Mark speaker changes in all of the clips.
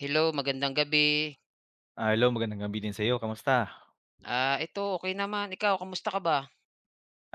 Speaker 1: Hello, magandang gabi.
Speaker 2: Hello, magandang gabi din sa'yo, kamusta?
Speaker 1: Ito okay naman, ikaw kamusta ka ba?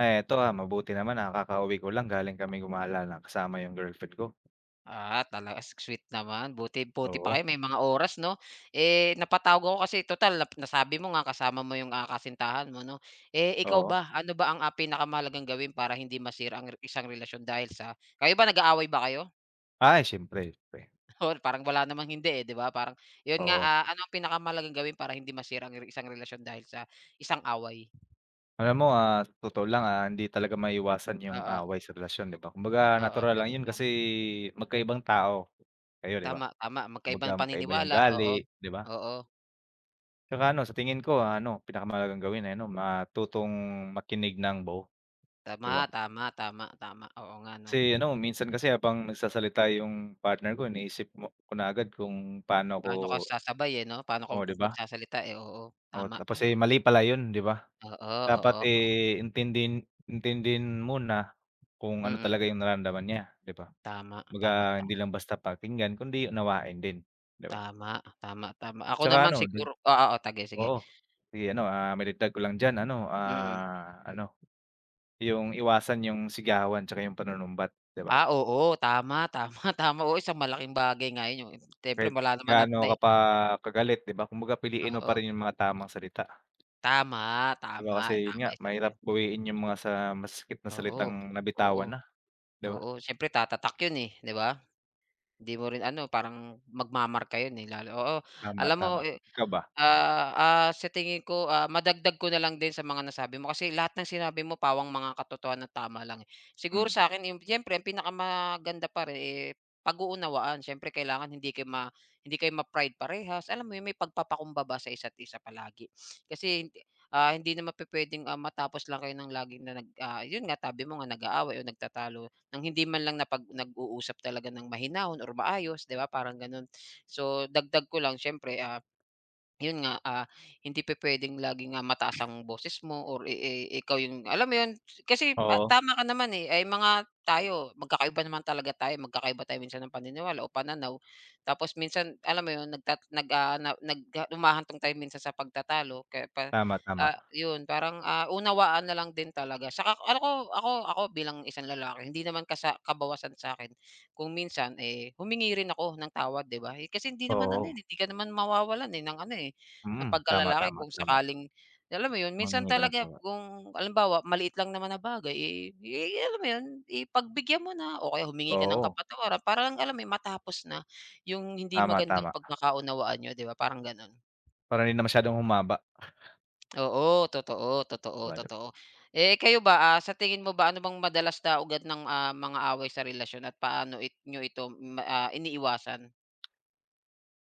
Speaker 2: Eto, mabuti naman nakakauwi ko lang galing kami gumala na kasama yung girlfriend ko.
Speaker 1: Talaga sweet naman buti buti pa
Speaker 2: Oo,
Speaker 1: kayo may mga oras 'no? Eh, napatawag ako kasi total nasabi mo nga kasama mo yung, kasintahan mo 'no? Eh, ikaw
Speaker 2: oo.
Speaker 1: ba, ano ba ang, pinakamahalagang gawin para hindi masira ang isang relasyon dahil sa kayo ba nag-aaway ba kayo?
Speaker 2: Ay, siyempre, siyempre,
Speaker 1: Or parang wala namang hindi, eh, 'di ba? Parang yun nga,
Speaker 2: oo.
Speaker 1: ano ang pinakamahalagang gawin para hindi masira ang isang relasyon dahil sa isang away?
Speaker 2: Alam mo, sa totoo lang, hindi talaga maiwasan yung
Speaker 1: Oo,
Speaker 2: away sa relasyon, 'di ba? Kumbaga
Speaker 1: oo,
Speaker 2: natural lang
Speaker 1: tama,
Speaker 2: yun kasi
Speaker 1: tama.
Speaker 2: magkaibang tao kayo, 'di ba?
Speaker 1: Tama, tama magkaiba
Speaker 2: Kumbaga
Speaker 1: ng
Speaker 2: magkaiba yung
Speaker 1: paniniwala, oo.
Speaker 2: gali 'di ba?
Speaker 1: Oo,
Speaker 2: Tsaka ano, sa tingin ko ah, ano, pinakamalagang gawin ay ano, matutong makinig ng bow 'di
Speaker 1: tama,
Speaker 2: ba?
Speaker 1: tama, tama, tama, oo nga 'no.
Speaker 2: Kasi ano, minsan kasi habang nagsasalita yung partner ko iniisip mo ko na agad kung paano ko
Speaker 1: Paano ka sasabay, eh, 'no, paano ka
Speaker 2: oo, 'di ba?
Speaker 1: magsasalita, eh, oo.
Speaker 2: Oo,
Speaker 1: Tama,
Speaker 2: tapos, eh,
Speaker 1: tama,
Speaker 2: mali pala yun, 'di ba?
Speaker 1: oo,
Speaker 2: Dapat,
Speaker 1: oo, oo,
Speaker 2: eh, intindihin intindihin muna kung ano
Speaker 1: mm.
Speaker 2: talaga yung nararamdaman niya, 'di ba?
Speaker 1: Tama, tama,
Speaker 2: Kumbaga hindi
Speaker 1: tama,
Speaker 2: lang basta pakinggan kundi unawain din, 'di ba?
Speaker 1: tama, tama, tama. Ako
Speaker 2: Tsaka
Speaker 1: naman
Speaker 2: ano dag
Speaker 1: siguro oo, o tage sige,
Speaker 2: oo. Sige ano, maidagdag ko lang diyan ano,
Speaker 1: mm.
Speaker 2: ah, ano, yung iwasan yung sigawan tsaka yung panunumbat, 'di ba?
Speaker 1: Oo, tama, tama, tama, oo, isang malaking bagay nga yun yung siyempre
Speaker 2: Kahit
Speaker 1: wala naman at
Speaker 2: gaano
Speaker 1: na
Speaker 2: ka
Speaker 1: eh.
Speaker 2: pa kagalit 'di ba, kumbaga piliin mo pa
Speaker 1: Oo.
Speaker 2: rin yung mga tamang salita.
Speaker 1: Tama,
Speaker 2: 'Di ba
Speaker 1: tama,
Speaker 2: kasi yun
Speaker 1: tama,
Speaker 2: nga,
Speaker 1: isa pa
Speaker 2: mahirap
Speaker 1: yun.
Speaker 2: bawiin yung mga sa masakit na
Speaker 1: Oo,
Speaker 2: salitang
Speaker 1: oo,
Speaker 2: nabitawan na, 'di ba?
Speaker 1: oo, siyempre tatatak yun, eh, 'di ba? Hindi mo rin ano, parang magmamarka yun, eh, lalo oo.
Speaker 2: Tama,
Speaker 1: Alam mo,
Speaker 2: tama.
Speaker 1: eh.
Speaker 2: Ikaw ba?
Speaker 1: Sa tingin ko, madagdag ko na lang din sa mga nasabi mo kasi lahat ng sinabi mo pawang mga katotohanan at tama lang, eh. Siguro
Speaker 2: Mm.
Speaker 1: sa'kin yung siyempre ang pinakamaganda pa rin, eh, pag-uunawaan siyempre kailangan hindi kayo ma-pride parehas, alam mo yun, may pagpapakumbaba sa isa't isa palagi. Kasi hindi, hindi naman pupuwedeng, matapos lang kayo ng lagi na yun nga sabi mo nga nag-aaway o nagtatalo ng hindi man lang nag-uusap talaga ng mahinahon or maayos, 'di ba, parang gano'n. So, dagdag ko lang siyempre, yun nga, hindi pupuwedeng laging nga mataas ang boses mo or i ikaw yung alam mo yun, kasi,
Speaker 2: Oo,
Speaker 1: tama ka naman, eh, ay mga tayo magkakaiba naman talaga tayo, magkakaiba tayo minsan ng paniniwala o pananaw. Tapos minsan alam mo yun nagtat nag, ah, na nag ah, humahantong tayo minsan sa pagtatalo kaya pa
Speaker 2: tama, tama.
Speaker 1: yun parang, unawaan na lang din talaga. Saka alam ko ako ako bilang isang lalaki hindi naman kabawasan sa akin kung minsan, eh, humingi rin ako ng tawad, 'di ba? Eh, kasi hindi naman ano, eh,
Speaker 2: Oo.
Speaker 1: hindi ka naman mawawalan, eh, ng ano, eh na
Speaker 2: Mm, tama,
Speaker 1: pagkalalaki
Speaker 2: tama,
Speaker 1: kung
Speaker 2: tama.
Speaker 1: sakaling alam mo yun, minsan
Speaker 2: Manghingi ka ng
Speaker 1: talaga
Speaker 2: tawad.
Speaker 1: kung halimbawa maliit lang naman na bagay, eh, alam mo yun, ipagbigyan mo na o kaya humingi ka ng
Speaker 2: Oo,
Speaker 1: kapatawaran para lang alam mo yun, matapos na yung hindi
Speaker 2: tama,
Speaker 1: magandang
Speaker 2: tama.
Speaker 1: pagkakaunawaan niyo, 'di ba, parang gano'n.
Speaker 2: Para hindi na masyadong humaba,
Speaker 1: Oo, totoo,
Speaker 2: 'di
Speaker 1: totoo,
Speaker 2: ba?
Speaker 1: totoo. Eh, kayo ba, sa tingin mo ba ano bang madalas na ugat ng, mga away sa relasyon at paano nyo ito iniiwasan?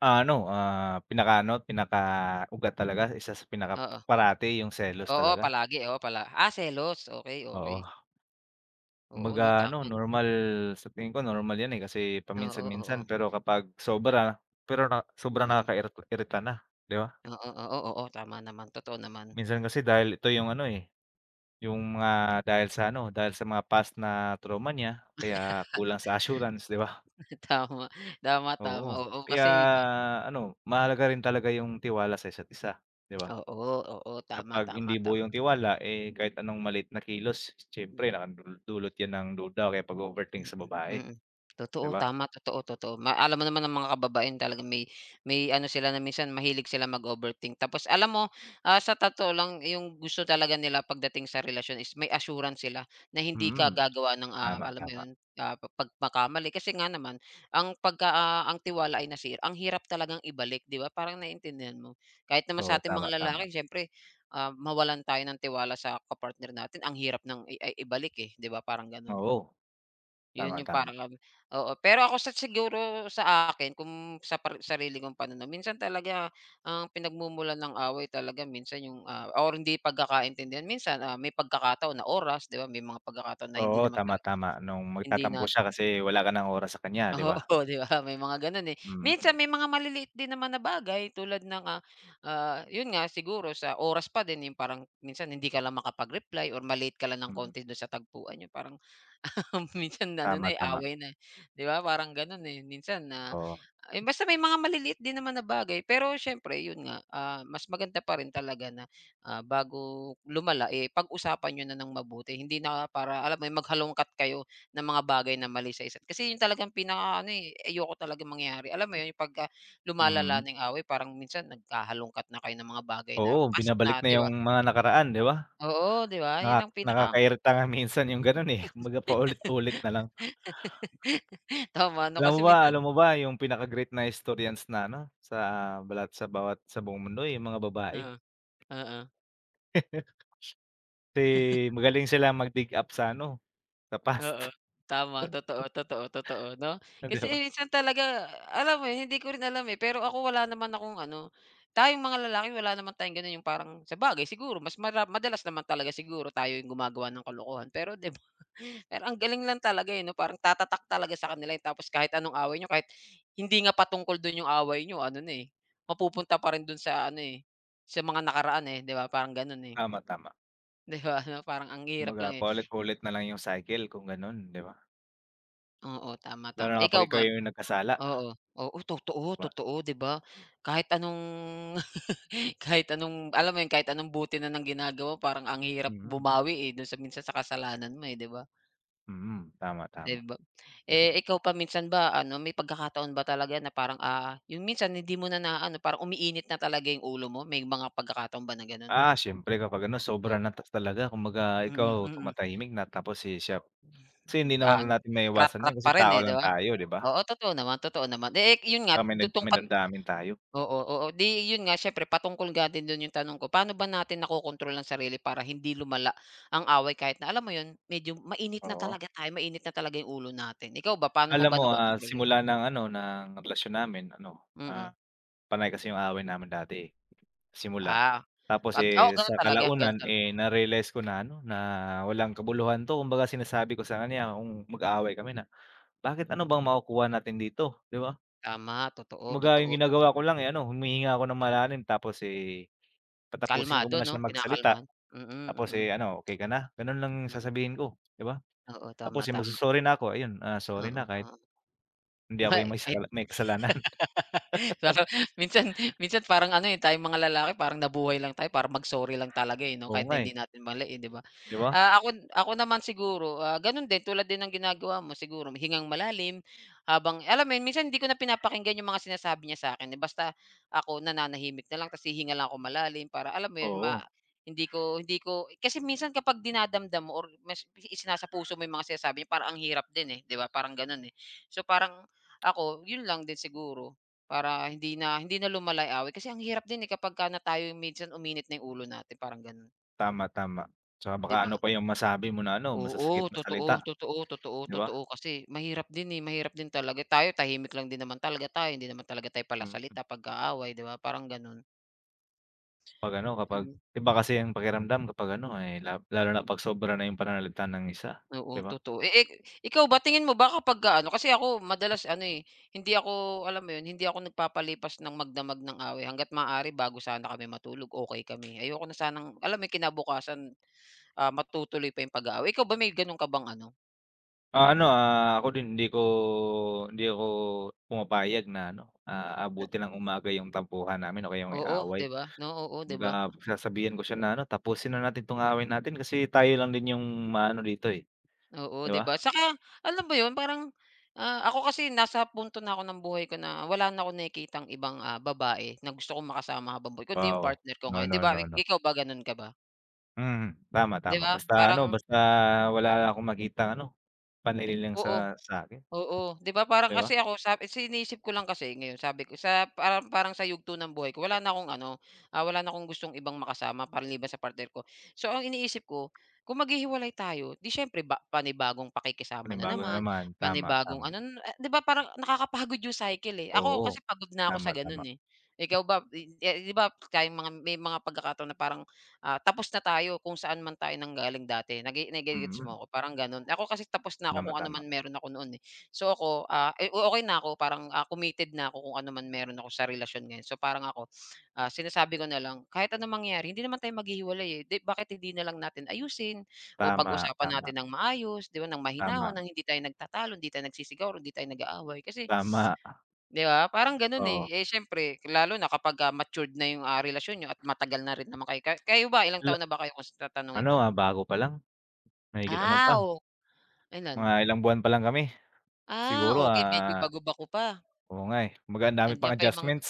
Speaker 2: Ano, pinakaano, pinakaugat talaga, isa sa
Speaker 1: Oo.
Speaker 2: pinakaparati yung selos
Speaker 1: Oo,
Speaker 2: talaga,
Speaker 1: palagi, oo pala selos, okay. Okey.
Speaker 2: oo.
Speaker 1: Oo
Speaker 2: Kumbaga
Speaker 1: 'no,
Speaker 2: ano,
Speaker 1: tama,
Speaker 2: normal sa tingin ko normal 'yan, eh, kasi
Speaker 1: oo,
Speaker 2: paminsan-minsan
Speaker 1: oo.
Speaker 2: pero kapag sobra pero na sobrang
Speaker 1: Mm.
Speaker 2: nakakairita-irita na, 'di ba?
Speaker 1: Oo, oo, oo, tama naman, totoo naman.
Speaker 2: Minsan kasi dahil ito yung ano, eh, yung mga dahil sa ano, dahil sa mga past na trauma niya kaya kulang sa assurance, 'di ba?
Speaker 1: Tama, tama,
Speaker 2: Oo,
Speaker 1: tama, oo,
Speaker 2: kaya
Speaker 1: kasi
Speaker 2: ano, mahalaga rin talaga yung tiwala sa isa't isa, 'di ba?
Speaker 1: oo, oo, tama,
Speaker 2: Kapag
Speaker 1: tama,
Speaker 2: hindi buo
Speaker 1: tama.
Speaker 2: yung tiwala, eh, kahit anong maliit na kilos siyempre nakadulot yan ng duda o kaya pag overthink sa
Speaker 1: Mm,
Speaker 2: babae,
Speaker 1: mm.
Speaker 2: 'di
Speaker 1: Totoo,
Speaker 2: ba?
Speaker 1: tama, totoo, totoo. Ma alam mo naman ang mga kababaihan talaga may ano sila na minsan mahilig sila mag-overthink. Tapos alam mo, sa totoo lang yung gusto talaga nila pagdating sa relasyon is may assurance sila na hindi ka
Speaker 2: Mm,
Speaker 1: gagawa ng,
Speaker 2: tama,
Speaker 1: alam mo
Speaker 2: tama.
Speaker 1: yun, pagkakamali. Kasi nga naman ang ang tiwala ay nasira, ang hirap talagang ibalik, 'di ba? Parang naiintindihan mo. Kahit naman
Speaker 2: Oo,
Speaker 1: sa ating
Speaker 2: tama,
Speaker 1: mga
Speaker 2: tama.
Speaker 1: lalaki siyempre, mawalan tayo ng tiwala sa kapartner natin, ang hirap ng i ay ibalik, eh, 'di ba, parang gano'n.
Speaker 2: Oo, tama,
Speaker 1: Yun
Speaker 2: Mm.
Speaker 1: yung
Speaker 2: Tama.
Speaker 1: parang ano oo. Pero ako sa siguro sa akin kung sa sarili kong pananaw, minsan talaga ang pinagmumulan ng away talaga minsan yung, or hindi pagkakaintindihan. Minsan, may pagkakataon na oras, 'di ba? May mga pagkakataon na hindi
Speaker 2: Oo,
Speaker 1: naman
Speaker 2: tama,
Speaker 1: talaga
Speaker 2: tama nung
Speaker 1: hindi
Speaker 2: magtatampo
Speaker 1: nat
Speaker 2: siya kasi wala ka ng oras sa kanya, 'di ba?
Speaker 1: oo, 'di ba? May mga gano'n, eh. Minsan
Speaker 2: Mm,
Speaker 1: may mga maliliit din naman na bagay tulad ng, yun nga siguro sa oras pa din yung parang minsan hindi ka lang makapag-reply or ma-late ka lang ng
Speaker 2: mm.
Speaker 1: konti dun sa tagpuan, yung parang minsan ano
Speaker 2: Tama,
Speaker 1: na, eh,
Speaker 2: tama,
Speaker 1: away na, eh, 'di ba parang gano'n, eh. Minsan na
Speaker 2: oo.
Speaker 1: eh, basta may mga maliliit din naman na bagay pero siyempre 'yun nga, mas maganda pa rin talaga na, bago lumala, eh, pag-usapan niyo na ng mabuti. Hindi na para alam mo 'yun, maghalongkat kayo ng mga bagay na mali sa isa't kasi 'yun talagang pinakaano, eh, ayoko talagang mangyari. Alam mo 'yun, pagka lumalala
Speaker 2: Mm.
Speaker 1: na 'yung away parang minsan nagkahalongkat na kayo ng mga bagay na
Speaker 2: Oo,
Speaker 1: past
Speaker 2: binabalik
Speaker 1: na,
Speaker 2: na
Speaker 1: 'di
Speaker 2: yung
Speaker 1: ba?
Speaker 2: mga nakaraan, 'di ba?
Speaker 1: Oo, 'di ba? 'Yun
Speaker 2: Naka
Speaker 1: ang pinaka
Speaker 2: nakakairita nga minsan yung gano'n, eh, kumbaga paulit-ulit na lang.
Speaker 1: tama 'no,
Speaker 2: Alam mo
Speaker 1: kasi
Speaker 2: ba
Speaker 1: minsan
Speaker 2: alam mo ba yung pinaka-great na historians na ano, sa balat sa bawat sa buong mundo eh, yung mga babae.
Speaker 1: oo, oo.
Speaker 2: Kasi magaling sila mag-dig up sa ano, sa
Speaker 1: Oo,
Speaker 2: past,
Speaker 1: tama. Totoo, totoo, totoo 'no?
Speaker 2: 'di
Speaker 1: Kasi
Speaker 2: ba?
Speaker 1: eh, minsan talaga alam mo yun, hindi ko rin alam, eh, pero ako wala naman akong ano, tayong mga lalaki wala naman tayong gano'n yung parang sabagay siguro mas madalas naman talaga siguro tayo yung gumagawa ng kalokohan pero 'di ba? Pero ang galing lang talaga, eh, 'no, parang tatatak talaga sa kanila, eh, tapos kahit anong away niyo, kahit hindi nga patungkol dun yung away niyo ano na, eh, mapupunta pa rin dun sa ano, eh, sa mga nakaraan, eh, 'di ba? Parang gano'n, eh.
Speaker 2: Tama, tama.
Speaker 1: 'Di ba, 'no? Parang ang hirap
Speaker 2: Kumbaga
Speaker 1: lang, eh.
Speaker 2: paulit-ulit na lang yung cycle kung gano'n, 'di ba?
Speaker 1: Oo, tama,
Speaker 2: Lalo
Speaker 1: tama.
Speaker 2: na kapag
Speaker 1: Ikaw
Speaker 2: ikaw
Speaker 1: ba?
Speaker 2: yung nagkasala, 'di
Speaker 1: Oo, oo totoo,
Speaker 2: ba?
Speaker 1: totoo 'di ba? Kahit anong kahit anong alam mo yun, kahit anong buti na ng ginagawa parang ang hirap
Speaker 2: Mm.
Speaker 1: bumawi, eh, dun sa minsan sa kasalanan mo, eh, 'di ba?
Speaker 2: Mm, tama,
Speaker 1: 'Di
Speaker 2: tama,
Speaker 1: ba?
Speaker 2: 'di
Speaker 1: Eh,
Speaker 2: ba?
Speaker 1: ikaw pa minsan ba ano may pagkakataon ba talaga na parang, yung minsan hindi mo na naano parang umiinit na talaga yung ulo mo, may mga pagkakataon ba na ganun?
Speaker 2: Siyempre kapag ano sobra na
Speaker 1: Oo,
Speaker 2: tas talaga kumbaga
Speaker 1: mm,
Speaker 2: ikaw
Speaker 1: mm.
Speaker 2: tumatahimik na tapos siya kasi
Speaker 1: Mm.
Speaker 2: hindi naman
Speaker 1: Ano
Speaker 2: natin maiiwasan 'yun
Speaker 1: rat-rat
Speaker 2: kasi
Speaker 1: pa rin,
Speaker 2: tao
Speaker 1: eh, 'di
Speaker 2: lang
Speaker 1: ba?
Speaker 2: tayo, 'di ba?
Speaker 1: Oo, totoo naman, totoo naman. Eh, yun nga
Speaker 2: Tsaka may dam
Speaker 1: dutong
Speaker 2: may
Speaker 1: pat
Speaker 2: damdamin tayo,
Speaker 1: oo, oo. 'Di 'yun nga siyempre patungkol nga din do'n yung tanong ko, paano ba natin nakokontrol ang sarili para hindi lumala ang away kahit na alam mo 'yun, medyo mainit na
Speaker 2: oo.
Speaker 1: talaga tayo, mainit na talaga yung ulo natin. Ikaw ba, paano mo
Speaker 2: Alam
Speaker 1: ba
Speaker 2: mo,
Speaker 1: nakokontrol 'yun?
Speaker 2: simula ng ano, ng relasyon namin ano,
Speaker 1: Mm.
Speaker 2: ah, panay kasi yung away namin dati, eh. Simula.
Speaker 1: Ah,
Speaker 2: Tapos,
Speaker 1: 'Pag oh
Speaker 2: eh,
Speaker 1: gano'n
Speaker 2: sa
Speaker 1: talaga,
Speaker 2: kalaunan,
Speaker 1: gano'n talaga.
Speaker 2: eh, na-realize ko na ano, na walang kabuluhan 'to. Kumbaga sinasabi ko sa kanya kung mag-aaway kami na, "Bakit ano bang makukuha natin dito?" 'Di ba?
Speaker 1: Tama, totoo,
Speaker 2: Kumbaga yung
Speaker 1: totoo, totoo.
Speaker 2: ginagawa ko lang, eh, ano, humihinga ako ng malalim tapos, eh, patapusin ko
Speaker 1: Kalmado
Speaker 2: muna
Speaker 1: 'no,
Speaker 2: siya magsalita.
Speaker 1: kinakalmahan. Mm,
Speaker 2: Tapos,
Speaker 1: mm,
Speaker 2: eh, ano, "Okey ka na?" Gano'n lang
Speaker 1: mm.
Speaker 2: sasabihin ko, 'di ba?
Speaker 1: Oo,
Speaker 2: Tapos,
Speaker 1: tama,
Speaker 2: eh,
Speaker 1: tama.
Speaker 2: magso-sorry na ako, ayun, ah, "Sorry
Speaker 1: Oo,
Speaker 2: na kahit
Speaker 1: oo.
Speaker 2: hindi ako
Speaker 1: Ma
Speaker 2: yung may saka may kasalanan."
Speaker 1: Pero minsan minsan parang ano, eh, tayong mga lalaki parang nabuhay lang tayo para mag-sorry lang talaga, eh, 'no,
Speaker 2: Oo
Speaker 1: kahit
Speaker 2: nga,
Speaker 1: na
Speaker 2: eh,
Speaker 1: hindi natin mali, eh, 'di ba?
Speaker 2: 'di ba?
Speaker 1: Ako ako naman siguro, gano'n din tulad din ng ginagawa mo siguro hingang malalim habang alam mo 'yun, minsan hindi ko na pinapakinggan yung mga sinasabi niya sa'kin, eh, basta ako nananahimik na lang tapos hihinga lang ako malalim para alam mo 'yun, ma
Speaker 2: Oo,
Speaker 1: hindi ko kasi minsan kapag dinadamdam mo or mas isinasa puso mo yung mga sinasabi niya parang ang hirap din, eh, 'di ba, parang gano'n, eh. So, parang ako 'yun lang din siguro, para hindi na lumalay yung away kasi ang hirap din, eh, kapagka na tayo yung minsan uminit na yung ulo natin parang gano'n,
Speaker 2: tama, tama. Tsaka baka
Speaker 1: 'di ba?
Speaker 2: ano pa yung masabi mo na ano,
Speaker 1: Oo,
Speaker 2: masasakit na
Speaker 1: totoo,
Speaker 2: salita,
Speaker 1: totoo, totoo,
Speaker 2: 'di ba?
Speaker 1: totoo kasi mahirap din, eh, mahirap din talaga. Tayo tahimik lang din naman talaga tayo, hindi naman talaga tayo
Speaker 2: Mm,
Speaker 1: palasalita pag-aaway, 'di ba, parang gano'n.
Speaker 2: kapag ano kapag
Speaker 1: Hmm,
Speaker 2: iba kasi ang pakiramdam kapag ano, eh, la lalo na 'pag sobra na yung pananalita ng isa,
Speaker 1: oo,
Speaker 2: 'di ba?
Speaker 1: totoo. Eh, ikaw ba tingin mo ba kapagka ano kasi ako madalas ano, eh, hindi ako alam mo 'yun, hindi ako nagpapalipas ng magdamag ng away hangga't maaari bago sana kami matulog okay kami. Ayoko na sanang alam mo 'yun, kinabukasan matutuloy pa yung pag-aaway. Ikaw ba may gano'n ka bang ano
Speaker 2: Ano, ako din hindi ako pumapayag na ano, ah,
Speaker 1: na
Speaker 2: abutin ng umaga yung tampuhan namin o kaya yung
Speaker 1: oo,
Speaker 2: away.
Speaker 1: 'di ba? No, oo, 'di ba?
Speaker 2: Kumbaga pagsasabihan ko siya na ano, "Tapusin na natin 'tong away natin kasi tayo lang din yung maano dito, eh."
Speaker 1: Oo,
Speaker 2: 'Di
Speaker 1: 'di
Speaker 2: ba?
Speaker 1: ba? Saka alam mo 'yun parang, ako kasi nasa punto na ako ng buhay ko na wala na akong nakikitang ibang, babae na gusto kong makasama habang buhay kundi yung
Speaker 2: Wow.
Speaker 1: partner ko
Speaker 2: No,
Speaker 1: ngayon, 'di
Speaker 2: no,
Speaker 1: ba?
Speaker 2: no, no.
Speaker 1: Ikaw ba gano'n ka ba?
Speaker 2: Mm, tama,
Speaker 1: 'Di
Speaker 2: tama.
Speaker 1: ba?
Speaker 2: Basta ano,
Speaker 1: Parang
Speaker 2: basta wala akong makita ano, panlililang
Speaker 1: oo.
Speaker 2: sa sa'kin,
Speaker 1: Oo, 'di ba parang
Speaker 2: 'di ba?
Speaker 1: kasi ako iniisip ko lang kasi ngayon sabi ko sa parang parang sa yugto ng buhay ko wala na akong ano, wala na akong gustong ibang makasama maliban sa partner ko. So ang iniisip ko, kung maghihiwalay tayo, 'di siyempre ba panibagong pakikisama na
Speaker 2: Panibago na
Speaker 1: naman,
Speaker 2: naman, tama,
Speaker 1: panibagong
Speaker 2: tama.
Speaker 1: ano na 'di ba parang nakakapagod yung cycle, eh. Ako
Speaker 2: Oo,
Speaker 1: kasi pagod na ako
Speaker 2: tama,
Speaker 1: sa
Speaker 2: tama,
Speaker 1: ganun eh. Ikaw ba, eh, 'di ba tayong mga may mga pagkakataon na parang tapos na tayo kung saan man tayo nanggaling dati, nage nage
Speaker 2: mm.
Speaker 1: mo ako, parang gano'n. Ako kasi tapos na ako
Speaker 2: Tama,
Speaker 1: kung ano
Speaker 2: tama,
Speaker 1: man meron ako noon, eh. So ako, okey na ako parang, committed na ako kung ano man meron ako sa relasyon ngayon. So parang ako, sinasabi ko na lang, kahit anong mangyari hindi naman tayo maghihiwalay, eh, 'di bakit hindi na lang natin ayusin o
Speaker 2: tama,
Speaker 1: pag-usapan
Speaker 2: tama,
Speaker 1: natin ng maayos, 'di ba, ng mahinahon,
Speaker 2: tama,
Speaker 1: ng hindi tayo nagtatalo, hindi tayo nagsisigawan, hindi tayo nag-aaway. Kasi
Speaker 2: tama,
Speaker 1: 'di ba, parang gano'n, eh.
Speaker 2: oo.
Speaker 1: Eh, siyempre lalo na kapagka matured na yung, relasyon niyo at matagal na rin naman kayo. Kayo ba ilang
Speaker 2: La
Speaker 1: taon na ba kayo kung tatanungin
Speaker 2: ano,
Speaker 1: ko?
Speaker 2: bago pa lang, mahigit ano pa,
Speaker 1: O kailan?
Speaker 2: mga ilang buwan pa lang kami. Siguro,
Speaker 1: Okey medyo
Speaker 2: ah,
Speaker 1: bago-bako pa.
Speaker 2: oo nga, eh, kumbaga ang dami pang
Speaker 1: Andiyan pa yung mga
Speaker 2: adjustments.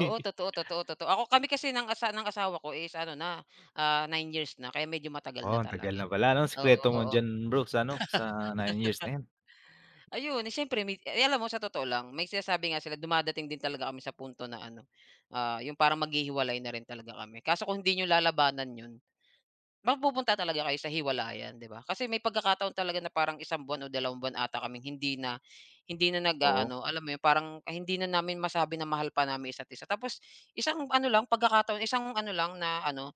Speaker 1: oo, totoo, totoo, totoo. Kami kasi ng asawa ko is ano na, 9 years na kaya medyo matagal
Speaker 2: Oo,
Speaker 1: na
Speaker 2: ang tagal
Speaker 1: talaga.
Speaker 2: na pala 'no,
Speaker 1: Oo,
Speaker 2: sikreto mo
Speaker 1: oo.
Speaker 2: diyan bro sa ano, sa 9 years na 'yan,
Speaker 1: Ayun, eh, siyempre may eh, alam mo sa totoo lang may sinasabi nga sila dumadating din talaga kami sa punto na ano, yung parang maghihiwalay na rin talaga kami. Kaso kung hindi niyo lalabanan 'yun. Mapupunta talaga kayo sa hiwalayan, 'di ba? Kasi may pagkakataon talaga na parang isang buwan o dalawang buwan ata kaming hindi na
Speaker 2: oo,
Speaker 1: nag-aano, alam mo yun, parang hindi na namin masabi na mahal pa namin isa't isa. Tapos isang ano lang, pagkakataon, isang ano lang na ano,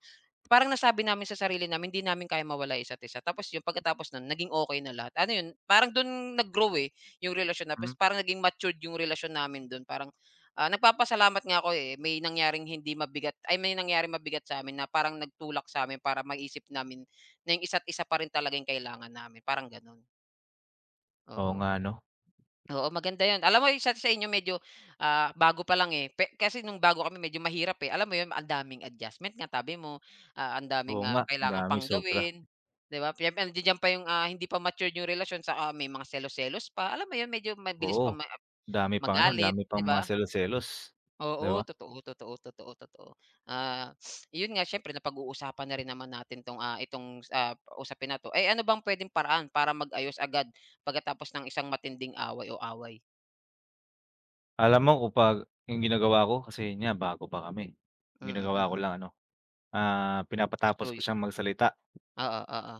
Speaker 1: parang nasabi namin sa sarili namin hindi namin kaya mawala yung isa't isa. Tapos yung pagkatapos nun naging okay na lahat. Ano yun, parang dun nag-grow, eh, yung relasyon na
Speaker 2: mm.
Speaker 1: tapos parang naging matured yung relasyon namin dun. Parang, nagpapasalamat nga ako, eh, may nangyaring hindi mabigat ay may nangyaring mabigat sa'min na parang nagtulak sa'min para maisip namin na yung isa't isa pa rin talaga yung kailangan namin, parang ganun.
Speaker 2: Oo
Speaker 1: Oo.
Speaker 2: nga 'no,
Speaker 1: Oo, maganda 'yun. Alam mo yung sa inyo medyo, bago pa lang, eh, kasi nung bago kami medyo mahirap, eh. Alam mo 'yun, ang daming adjustment nga tabi mo, ang
Speaker 2: oo
Speaker 1: daming,
Speaker 2: nga, ang
Speaker 1: kailangan
Speaker 2: dami
Speaker 1: pang
Speaker 2: sobra,
Speaker 1: gawin, 'di ba? Siyempre nandidiyan pa yung, hindi pa matured yung relasyon saka may mga selos-selos pa. Alam mo 'yun, medyo mabilis pa
Speaker 2: oo. Dami pang ano, ang
Speaker 1: magalit,
Speaker 2: dami
Speaker 1: 'di
Speaker 2: pang mga
Speaker 1: ba?
Speaker 2: selos-selos, 'di
Speaker 1: Oo,
Speaker 2: ba?
Speaker 1: totoo, totoo, totoo, totoo. Ah, 'Yun nga siyempre napag-uusapan na rin naman natin 'tong, itong, usapin na 'to. Eh, ano bang puwedeng paraan para mag-ayos agad pagkatapos ng isang matinding away o away?
Speaker 2: Alam mo kapag yung ginagawa ko kasi niya nga bago pa kami. Ang
Speaker 1: Mm,
Speaker 2: ginagawa ko
Speaker 1: mm.
Speaker 2: lang ano, pinapatapos
Speaker 1: So
Speaker 2: ko siyang magsalita.
Speaker 1: oo, oo.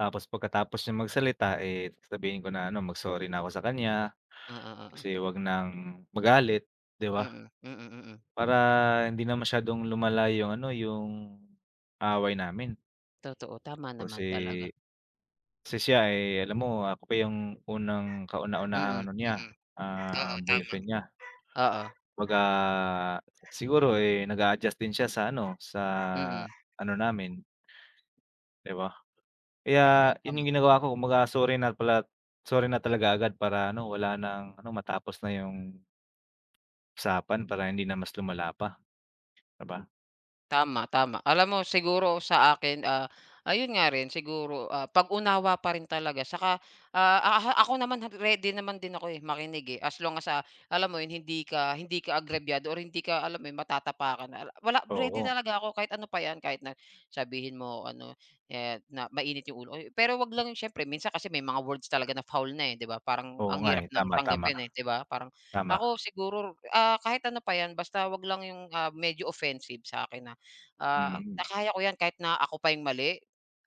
Speaker 2: Tapos pagkatapos niya magsalita, eh, sasabihin ko na ano, mag-sorry na ako sa kanya
Speaker 1: Oo, oo.
Speaker 2: kasi wag nang magalit, 'di ba?
Speaker 1: Mm, mm, mm.
Speaker 2: Para hindi na masyadong lumala yung ano, yung away namin.
Speaker 1: Totoo, tama naman
Speaker 2: Kasi
Speaker 1: talaga.
Speaker 2: kasi siya, eh, alam mo ako pa yung unang kauna-unahang
Speaker 1: Mm,
Speaker 2: ano niya,
Speaker 1: mm.
Speaker 2: ah,
Speaker 1: Oo, tama.
Speaker 2: boyfriend niya.
Speaker 1: Oo.
Speaker 2: Kumbaga, siguro, eh, nag-a-adjust din siya sa
Speaker 1: Mm.
Speaker 2: ano namin, 'di ba?
Speaker 1: Oo,
Speaker 2: Kaya yun
Speaker 1: tama.
Speaker 2: yung ginagawa ko kumbaga sorry na pala sorry na talaga agad para ano, wala ng ano, matapos na yung usapan para hindi na mas lumala pa, 'di ba?
Speaker 1: Tama, tama. Alam mo siguro sa akin, ayun nga rin siguro, pag-unawa pa rin talaga saka, aha ako naman ready naman din ako, eh, makinig, eh, as long as, alam mo yun hindi ka agrabyado or hindi ka alam mo yun matatapakan na wala
Speaker 2: Oo,
Speaker 1: ready talaga ako kahit ano pa yan, kahit na sabihin mo ano, eh, na mainit yung ulo ko, pero wag lang syempre minsan kasi may mga words talaga na foul na, eh, 'di ba? Parang
Speaker 2: oo
Speaker 1: ang
Speaker 2: nga, eh,
Speaker 1: hirap ng
Speaker 2: tama, tama,
Speaker 1: tanggapin, eh, 'di ba? Parang ako
Speaker 2: tama.
Speaker 1: siguro, kahit ano pa yan basta wag lang yung, medyo offensive sa akin na.
Speaker 2: Mm,
Speaker 1: Nakaya ko 'yan kahit na ako pa yung mali,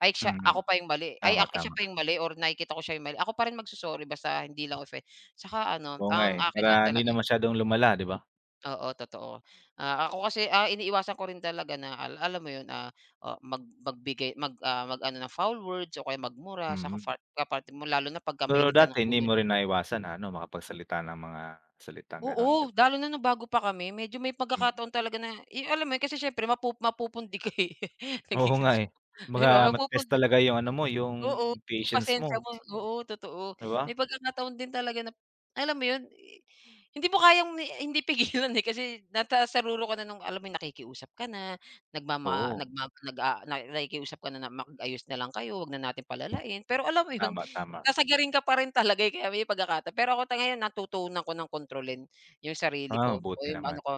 Speaker 1: ay siya
Speaker 2: mm,
Speaker 1: ako pa yung mali, ay
Speaker 2: tama,
Speaker 1: ak siya
Speaker 2: tama.
Speaker 1: pa yung mali or nakikita ko siya yung mali, ako pa rin magso-sorry basta hindi lang 'tsaka ano,
Speaker 2: Oo nga,
Speaker 1: ang
Speaker 2: eh,
Speaker 1: akin
Speaker 2: para
Speaker 1: lang
Speaker 2: hindi
Speaker 1: talaga
Speaker 2: na masyadong lumala, 'di ba?
Speaker 1: oo, totoo. Ako kasi, iniiwasan ko rin talaga na alam mo 'yun, o magbigay mag-ano ng foul words o kaya magmura sa
Speaker 2: Mm.
Speaker 1: kaparte mo lalo na pagka
Speaker 2: Pero
Speaker 1: mainitan
Speaker 2: dati
Speaker 1: ng
Speaker 2: hindi
Speaker 1: ulo.
Speaker 2: mo rin naiwasan na ano, makapagsalita ng mga salitang gano'n, 'di
Speaker 1: Oo,
Speaker 2: ba?
Speaker 1: lalo na nung bago pa kami medyo may
Speaker 2: Mm.
Speaker 1: pagkakataon talaga na eh, alam mo yun kasi siyempre mapupundi ka, eh. nage
Speaker 2: Oo
Speaker 1: mo,
Speaker 2: nga, eh.
Speaker 1: 'di
Speaker 2: Kumbaga
Speaker 1: ba
Speaker 2: Mm. talaga yung ano mo, yung
Speaker 1: oo, yung
Speaker 2: patience mo,
Speaker 1: pasensya mo oo, totoo.
Speaker 2: 'di ba?
Speaker 1: May pagkakataon din talaga na alam mo yun, eh, hindi mo kayang hindi pigilan, eh, kasi nasa saruro ka na nung alam mo yun nakikiusap ka na, nagmama
Speaker 2: Oo,
Speaker 1: nagma nag, ah, nakikiusap ka na na mag-ayos na lang kayo, wag na natin palalain. Pero alam mo yun,
Speaker 2: tama, tama.
Speaker 1: sasagarin ka pa rin talaga, eh, kaya may pagkakataon. Pero ako ngayon natutunan ko ng kontrolin. Yung
Speaker 2: Ah,
Speaker 1: sarili ko o
Speaker 2: mabuti
Speaker 1: yung
Speaker 2: naman.
Speaker 1: ano ko,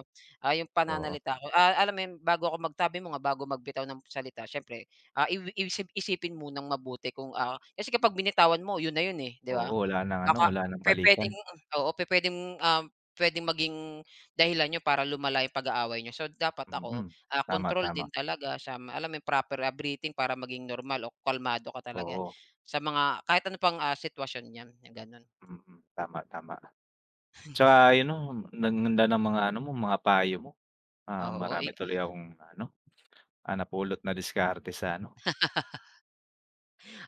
Speaker 1: yung
Speaker 2: Oo,
Speaker 1: pananalita ko. Alam mo yun bago ako magtabi mo nga bago magbitaw ng salita siyempre, isip isipin munang mabuti kung, kasi kapag binitawan mo yun na yun, eh, 'di
Speaker 2: oo,
Speaker 1: ba?
Speaker 2: wala ng ano,
Speaker 1: Baka
Speaker 2: wala ng balikan.
Speaker 1: pupuwedeng oo, puwedeng maging dahilan yun para lumala yung pag-aaway niyo. So, dapat ako,
Speaker 2: Mm, tama,
Speaker 1: control
Speaker 2: tama.
Speaker 1: din talaga sa alam mo yung proper, breathing para maging normal o kalmado ka talaga
Speaker 2: Oo,
Speaker 1: sa mga kahit ano pang, sitwasyon niyan, yung gano'n.
Speaker 2: mm, tama, tama. Tsaka yun 'no, ang ganda ng mga ano mo, mga payo mo.
Speaker 1: Oo,
Speaker 2: Marami tuloy akong ano, napulot na diskarte sa ano,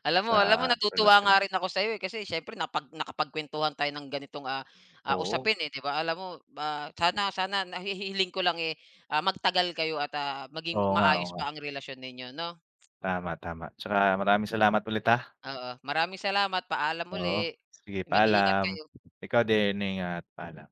Speaker 1: Alam mo
Speaker 2: sa
Speaker 1: alam mo natutuwa
Speaker 2: relasyon.
Speaker 1: nga rin ako sa'yo, eh, kasi siyempre nakapagkuwentuhan tayo ng ganitong,
Speaker 2: Oo,
Speaker 1: usapin, eh, 'di ba? Alam mo, sana sana nahihiling ko lang, eh, magtagal kayo at, maging
Speaker 2: oo nga, oo
Speaker 1: maayos
Speaker 2: nga.
Speaker 1: pa ang relasyon ninyo 'no?
Speaker 2: Tama, tama. Tsaka maraming salamat ulit, ha.
Speaker 1: Oo, maraming salamat, paalam uli.
Speaker 2: Oo, sige
Speaker 1: Mag-iingat
Speaker 2: paalam.
Speaker 1: kayo.
Speaker 2: Ikaw din, ingat, paalam.